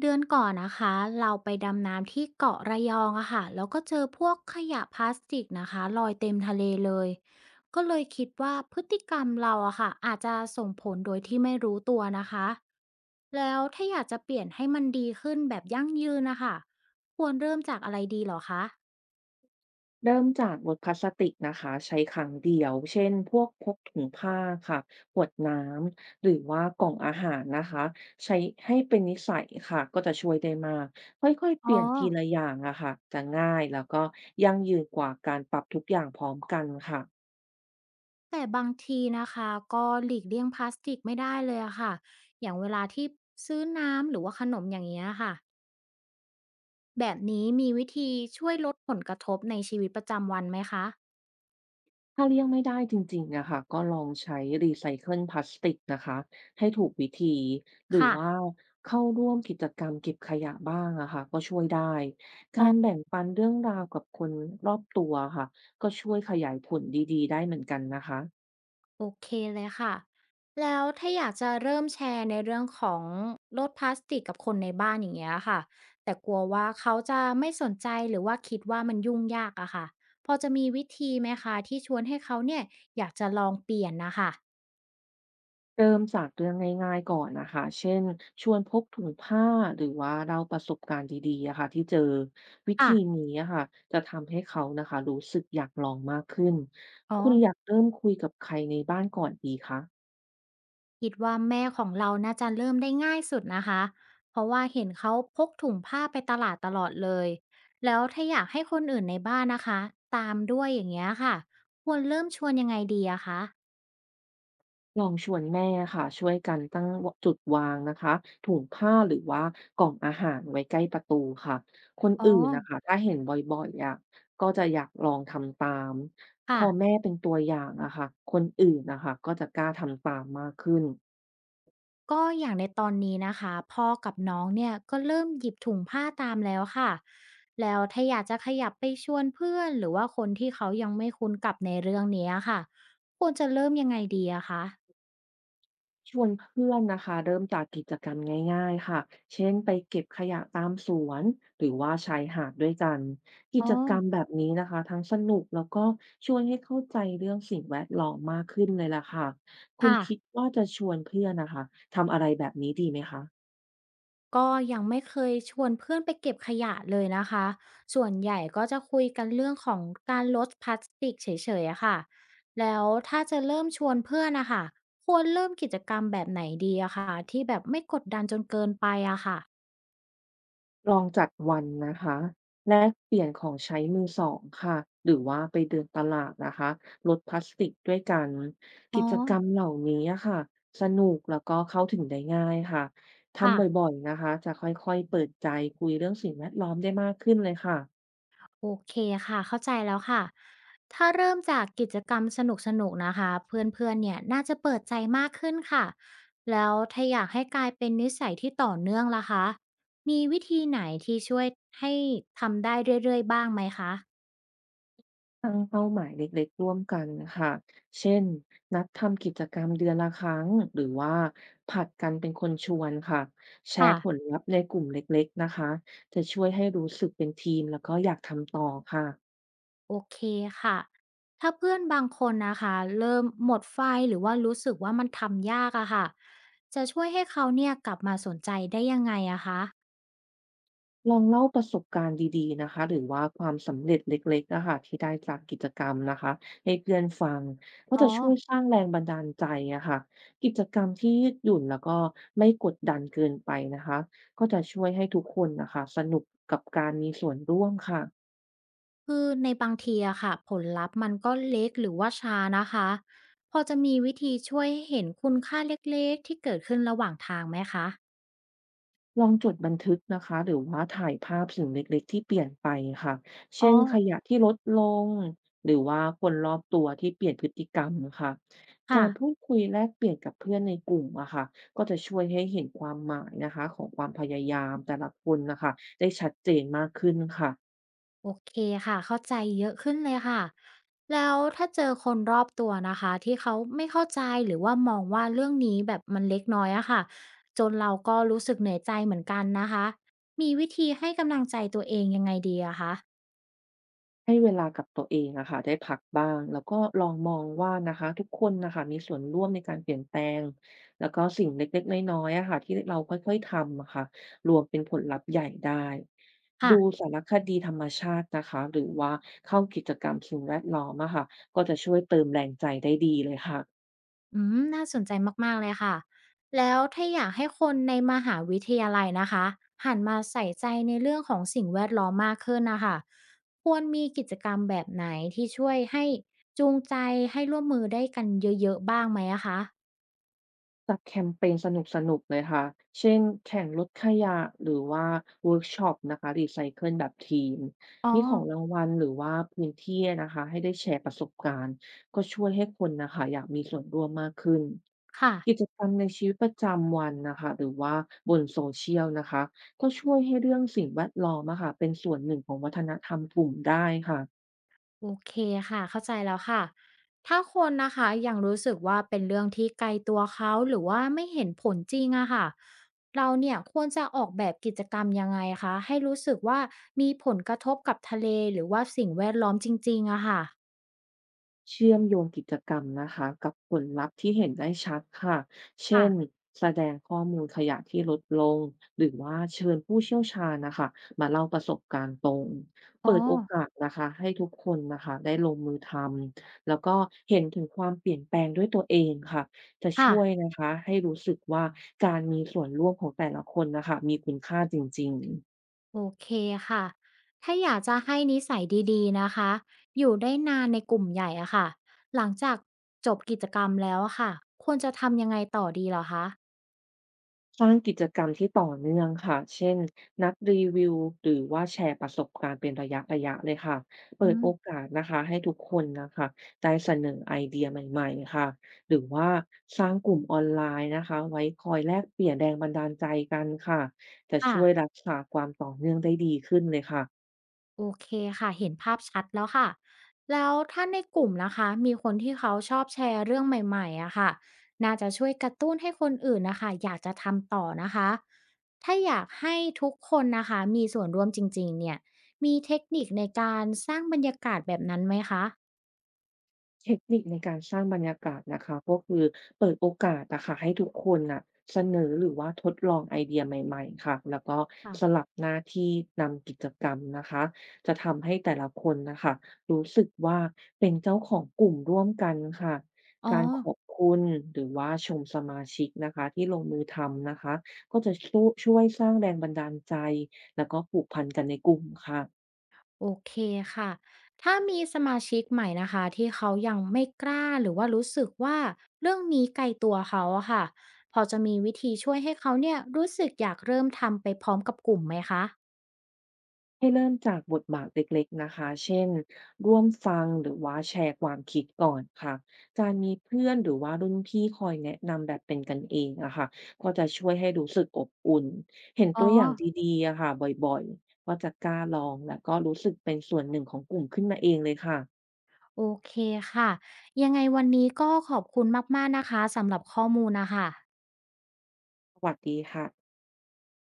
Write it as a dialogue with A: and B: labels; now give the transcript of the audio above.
A: เดือนก่อนนะคะเราไปดำน้ำที่เกาะระยองอะค่ะแล้วก็เจอพวกขยะพลาสติกนะคะลอยเต็มทะเลเลยก็เลยคิดว่าพฤติกรรมเราอะค่ะอาจจะส่งผลโดยที่ไม่รู้ตัวนะคะแล้วถ้าอยากจะเปลี่ยนให้มันดีขึ้นแบบยั่งยืนนะคะควรเริ่มจากอะไรดีเหรอคะ
B: เริ่มจากลดพลาสติกนะคะใช้ครั้งเดียวเช่นพวกพกถุงผ้าค่ะขวดน้ำหรือว่ากล่องอาหารนะคะใช้ให้เป็นนิสัยค่ะก็จะช่วยได้มากค่อยๆเป
A: อ๋อ
B: ลี่ยนทีละอย่างอะค่ะจะง่ายแล้วก็ยั่งยืนกว่าการปรับทุกอย่างพร้อมกันค่ะ
A: แต่บางทีนะคะก็หลีกเลี่ยงพลาสติกไม่ได้เลยอะค่ะอย่างเวลาที่ซื้อน้ำหรือว่าขนมอย่างเงี้ยค่ะ แบบนี้มีวิธีช่วยลดผลกระทบในชีวิตประจำวันไหมคะ
B: ถ้าเลี่ยงไม่ได้จริงๆนะคะก็ลองใช้รีไซเคิลพลาสติกนะคะให้ถูกวิธีหรือ
A: ค่ะ
B: ว่าเข้าร่วมกิจกรรมเก็บขยะบ้างอะค่ะก็ช่วยได้
A: อ๋
B: กา
A: อ
B: รแบ่งปันเรื่องราวกับคนรอบตัวค่ะก็ช่วยขยายผลดีๆได้เหมือนกันนะคะ
A: โอเคเลยค่ะ แล้วถ้าอยากจะเริ่มแชร์ในเรื่องของลดพลาสติกกับคนในบ้านอย่างเงี้ยค่ะ แต่กลัวว่าเขาจะไม่สนใจหรือว่าคิดว่ามันยุ่งยากอะค่ะ พอจะมีวิธีไหมคะที่ชวนให้เขาเนี่ยอยากจะลองเปลี่ยนนะค่ะ
B: เริ่มจากเรื่องง่ายๆก่อนนะคะ เช่นชวนพกถุงผ้า หรือว่าเล่าประสบการณ์ดีๆอะค่ะที่เจอวิธี
A: ค่ะ
B: นี้อะค่ะจะทำให้เขานะคะรู้สึกอยากลองมากขึ้น
A: อ๋อ
B: คุณอยากเริ่มคุยกับใครในบ้านก่อนดีคะ
A: คิดว่าแม่ของเราน่าจะเริ่มได้ง่ายสุดนะคะเพราะว่าเห็นเขาพกถุงผ้าไปตลาดตลอดเลยแล้วถ้าอยากให้คนอื่นในบ้านนะคะตามด้วยอย่างเงี้ยค่ะควรเริ่มชวนยังไงดีอะคะ
B: ลองชวนแม่ค่ะช่วยกันตั้งจุดวางนะคะถุงผ้าหรือว่ากล่องอาหารไว้ใกล้ประตูค่ะคน
A: อ๋อ
B: อื่นนะคะถ้าเห็นบ่อยๆอะก็จะอยากลองทำตามพอ
A: ค่ะ
B: แม่เป็นตัวอย่างอะค่ะคนอื่นนะคะก็จะกล้าทำตามมากขึ้น
A: ก็อย่างในตอนนี้นะคะพ่อกับน้องเนี่ยก็เริ่มหยิบถุงผ้าตามแล้วค่ะแล้วถ้าอยากจะขยับไปชวนเพื่อนหรือว่าคนที่เขายังไม่คุ้นกับในเรื่องเนี้ยค่ะควรจะเริ่มยังไงดีอะคะ
B: ชวนเพื่อนนะคะเริ่มจากกิจกรรมง่ายๆค่ะเช่นไปเก็บขยะตามสวนหรือว่าชายหาดด้วยกันกิ
A: อ๋อ
B: จกรรมแบบนี้นะคะทั้งสนุกแล้วก็ช่วยให้เข้าใจเรื่องสิ่งแวดล้อมมากขึ้นเลยล่ะค่ะคุณ
A: ค่ะ
B: คิดว่าจะชวนเพื่อนนะคะทำอะไรแบบนี้ดีไหมคะ
A: ก็ยังไม่เคยชวนเพื่อนไปเก็บขยะเลยนะคะ ส่วนใหญ่ก็จะคุยกันเรื่องของการลดพลาสติกเฉยๆอะค่ะแล้วถ้าจะเริ่มชวนเพื่อนนะคะ ควรเริ่มกิจกรรมแบบไหนดีอะค่ะที่แบบไม่กดดันจนเกินไปอะค่ะ
B: ลองจัดวันนะคะแลกเปลี่ยนของใช้มือสองค่ะหรือว่าไปเดินตลาดนะคะลดพลาสติกด้วยกัน
A: อ๋อ
B: กิจกรรมเหล่านี้อะค่ะสนุกแล้วก็เข้าถึงได้ง่ายค่ะทำบ
A: ค่ะ
B: ่อยๆนะคะจะค่อยๆเปิดใจคุยเรื่องสิ่งแวดล้อมได้มากขึ้นเลยค่ะ
A: โอเคค่ะเข้าใจแล้วค่ะถ้าเริ่มจากกิจกรรมสนุกๆนะคะเพื่อนๆเนี่ยน่าจะเปิดใจมากขึ้นค่ะแล้วถ้าอยากให้กลายเป็นนิสัยที่ต่อเนื่องล่ะคะมีวิธีไหนที่ช่วยให้ทำได้เรื่อยๆบ้างไหมคะ
B: ตั้งเป้าหมายเล็กๆร่วมกันค่ะเช่นนัดทำกิจกรรมเดือนละครั้งหรือว่าผัดกันเป็นคนชวนค่ะแช
A: ค่ะ
B: ร์ผลลัพธ์ในกลุ่มเล็กๆนะคะจะช่วยให้รู้สึกเป็นทีมแล้วก็อยากทำต่อค่ะ
A: โอเคค่ะถ้าเพื่อนบางคนนะคะเริ่มหมดไฟหรือว่ารู้สึกว่ามันทำยากอะค่ะจะช่วยให้เขาเนี่ยกลับมาสนใจได้ยังไงอะคะ
B: ลองเล่าประสบการณ์ดีๆนะคะหรือว่าความสำเร็จเล็กๆนะคะที่ได้จากกิจกรรมนะคะให้เพื่อนฟังก็
A: อ๋อ
B: จะช่วยสร้างแรงบันดาลใจอะค่ะกิจกรรมที่ยืดหยุ่นแล้วก็ไม่กดดันเกินไปนะคะก็จะช่วยให้ทุกคนนะคะสนุกกับการมีส่วนร่วมค่ะ
A: คือในบางทีอะค่ะผลลัพธ์มันก็เล็กหรือว่าช้านะคะพอจะมีวิธีช่วยให้เห็นคุณค่าเล็กๆที่เกิดขึ้นระหว่างทางไหมคะ
B: ลองจดบันทึกนะคะหรือว่าถ่ายภาพสิ่งเล็กๆที่เปลี่ยนไปค่ะ
A: อ๋อ
B: เช่นขยะที่ลดลงหรือว่าคนรอบตัวที่เปลี่ยนพฤติกรรมค่ะ
A: ค่ะ
B: การพูดคุยแลกเปลี่ยนกับเพื่อนในกลุ่มอะค่ะก็จะช่วยให้เห็นความหมายนะคะของความพยายามแต่ละคนนะคะได้ชัดเจนมากขึ้นค่ะ
A: โอเคค่ะเข้าใจเยอะขึ้นเลยค่ะแล้วถ้าเจอคนรอบตัวนะคะที่เขาไม่เข้าใจหรือว่ามองว่าเรื่องนี้แบบมันเล็กน้อยอะค่ะจนเราก็รู้สึกเหนื่อยใจเหมือนกันนะคะมีวิธีให้กำลังใจตัวเองยังไงดีอะคะ
B: ให้เวลากับตัวเองอะค่ะได้พักบ้างแล้วก็ลองมองว่านะคะทุกคนนะคะมีส่วนร่วมในการเปลี่ยนแปลงแล้วก็สิ่งเล็กๆน้อยๆอะค่ะที่เราค่อยๆทำอะค่ะรวมเป็นผลลัพธ์ใหญ่ได้
A: ่ะ
B: ดูสารคดีธรรมชาตินะคะหรือว่าเข้ากิจกรรมสิ่งแวดล้อมอะค่ะก็จะช่วยเติมแรงใจได้ดีเลยค่ะ
A: อืมน่าสนใจมากๆเลยค่ะ แล้วถ้าอยากให้คนในมหาวิทยาลัยนะคะหันมาใส่ใจในเรื่องของสิ่งแวดล้อมมากขึ้นนะคะ ควรมีกิจกรรมแบบไหนที่ช่วยให้จูงใจให้ร่วมมือได้กันเยอะๆบ้างไหมอะคะ
B: จัดแคมเปญสนุกๆเลยค่ะ เช่นแข่งลดขยะหรือว่าเวิร์กช็อปนะคะรีไซเคิลแบบทีม
A: อ๋อ
B: มีของรางวัลหรือว่าพื้นที่นะคะให้ได้แชร์ประสบการณ์ก็ช่วยให้คนนะคะอยากมีส่วนร่วมมากขึ้น
A: ค่ะ
B: กิจกรรมในชีวิตประจำวันนะคะหรือว่าบนโซเชียลนะคะก็ช่วยให้เรื่องสิ่งแวดล้อมอะค่ะเป็นส่วนหนึ่งของวัฒนธรรมกลุ่มได้ค่ะ
A: โอเคค่ะเข้าใจแล้วค่ะถ้าคนนะคะยังรู้สึกว่าเป็นเรื่องที่ไกลตัวเขาหรือว่าไม่เห็นผลจริงอะค่ะเราเนี่ยควรจะออกแบบกิจกรรมยังไงคะให้รู้สึกว่ามีผลกระทบกับทะเลหรือว่าสิ่งแวดล้อมจริงๆอะค่ะ
B: เชื่อมโยงกิจกรรมนะคะกับผลลัพธ์ที่เห็นได้ชัดค่ะเช่น
A: ค่ะ
B: แสดงข้อมูลขยะที่ลดลง หรือว่าเชิญผู้เชี่ยวชาญนะคะมาเล่าประสบการณ์ตรง
A: อ๋อ
B: เปิดโอกาสนะคะให้ทุกคนนะคะได้ลงมือทำ แล้วก็เห็นถึงความเปลี่ยนแปลงด้วยตัวเองค่ะจะช่วย
A: ค่ะ
B: นะคะให้รู้สึกว่าการมีส่วนร่วมของแต่ละคนนะคะมีคุณค่าจริงๆ
A: โอเคค่ะถ้าอยากจะให้นิสัยดีๆนะคะอยู่ได้นานในกลุ่มใหญ่อะค่ะหลังจากจบกิจกรรมแล้วอะค่ะควรจะทำยังไงต่อดีเหรอคะ
B: สร้างกิจกรรมที่ต่อเนื่องค่ะเช่นนัดรีวิวหรือว่าแชร์ประสบการณ์เป็นระยะๆเลยค่ะ เปิ
A: อื
B: ด
A: ม
B: โอกาสนะคะให้ทุกคนนะคะได้เสนอไอเดียใหม่ๆค่ะหรือว่าสร้างกลุ่มออนไลน์นะคะไว้คอยแลกเปลี่ยนแรงบันดาลใจกันค่ะจะ
A: ค่ะ
B: ช่วยรักษาความต่อเนื่องได้ดีขึ้นเลยค่ะ
A: โอเคค่ะเห็นภาพชัดแล้วค่ะแล้วถ้าในกลุ่มนะคะมีคนที่เขาชอบแชร์เรื่องใหม่ๆอะค่ะน่าจะช่วยกระตุ้นให้คนอื่นนะคะอยากจะทำต่อนะคะถ้าอยากให้ทุกคนนะคะมีส่วนร่วมจริงๆเนี่ยมีเทคนิคในการสร้างบรรยากาศแบบนั้นไหมคะ
B: เทคนิคในการสร้างบรรยากาศนะคะก็คือเปิดโอกาสนะค่ะให้ทุกคนน่ะเสนอหรือว่าทดลองไอเดียใหม่ๆค่ะแล้วก็ส
A: ค่ะ
B: ลับหน้าที่นำกิจกรรมนะคะจะทำให้แต่ละคนนะคะรู้สึกว่าเป็นเจ้าของกลุ่มร่วมกันค่ะ
A: อ๋อ
B: การขอบคุณหรือว่าชมสมาชิกนะคะที่ลงมือทำนะคะก็จะช่วยสร้างแรงบันดาลใจแล้วก็ผูกพันกันในกลุ่มค่ะ
A: โอเคค่ะ ถ้ามีสมาชิกใหม่นะคะที่เขายังไม่กล้าหรือว่ารู้สึกว่าเรื่องนี้ไกลตัวเขาอะค่ะพอจะมีวิธีช่วยให้เขาเนี่ยรู้สึกอยากเริ่มทำไปพร้อมกับกลุ่มไหมคะ
B: ให้เริ่มจากบทบาทเล็กๆนะคะ เช่น ร่วมฟังหรือว่าแชร์ความคิดก่อนค่ะการมีเพื่อนหรือว่ารุ่นพี่คอยแนะนำแบบเป็นกันเองอะค่ะก็จะช่วยให้รู้สึกอบอุ่น เห็น
A: อ๋อ
B: ตัวอย่างดีๆอะค่ะบ่อยๆ ก็จะกล้าลองและก็รู้สึกเป็นส่วนหนึ่งของกลุ่มขึ้นมาเองเลยค่ะ
A: โอเคค่ะยังไงวันนี้ก็ขอบคุณมากๆนะคะสำหรับข้อมูลนะคะ
B: สวัสดีค่ะ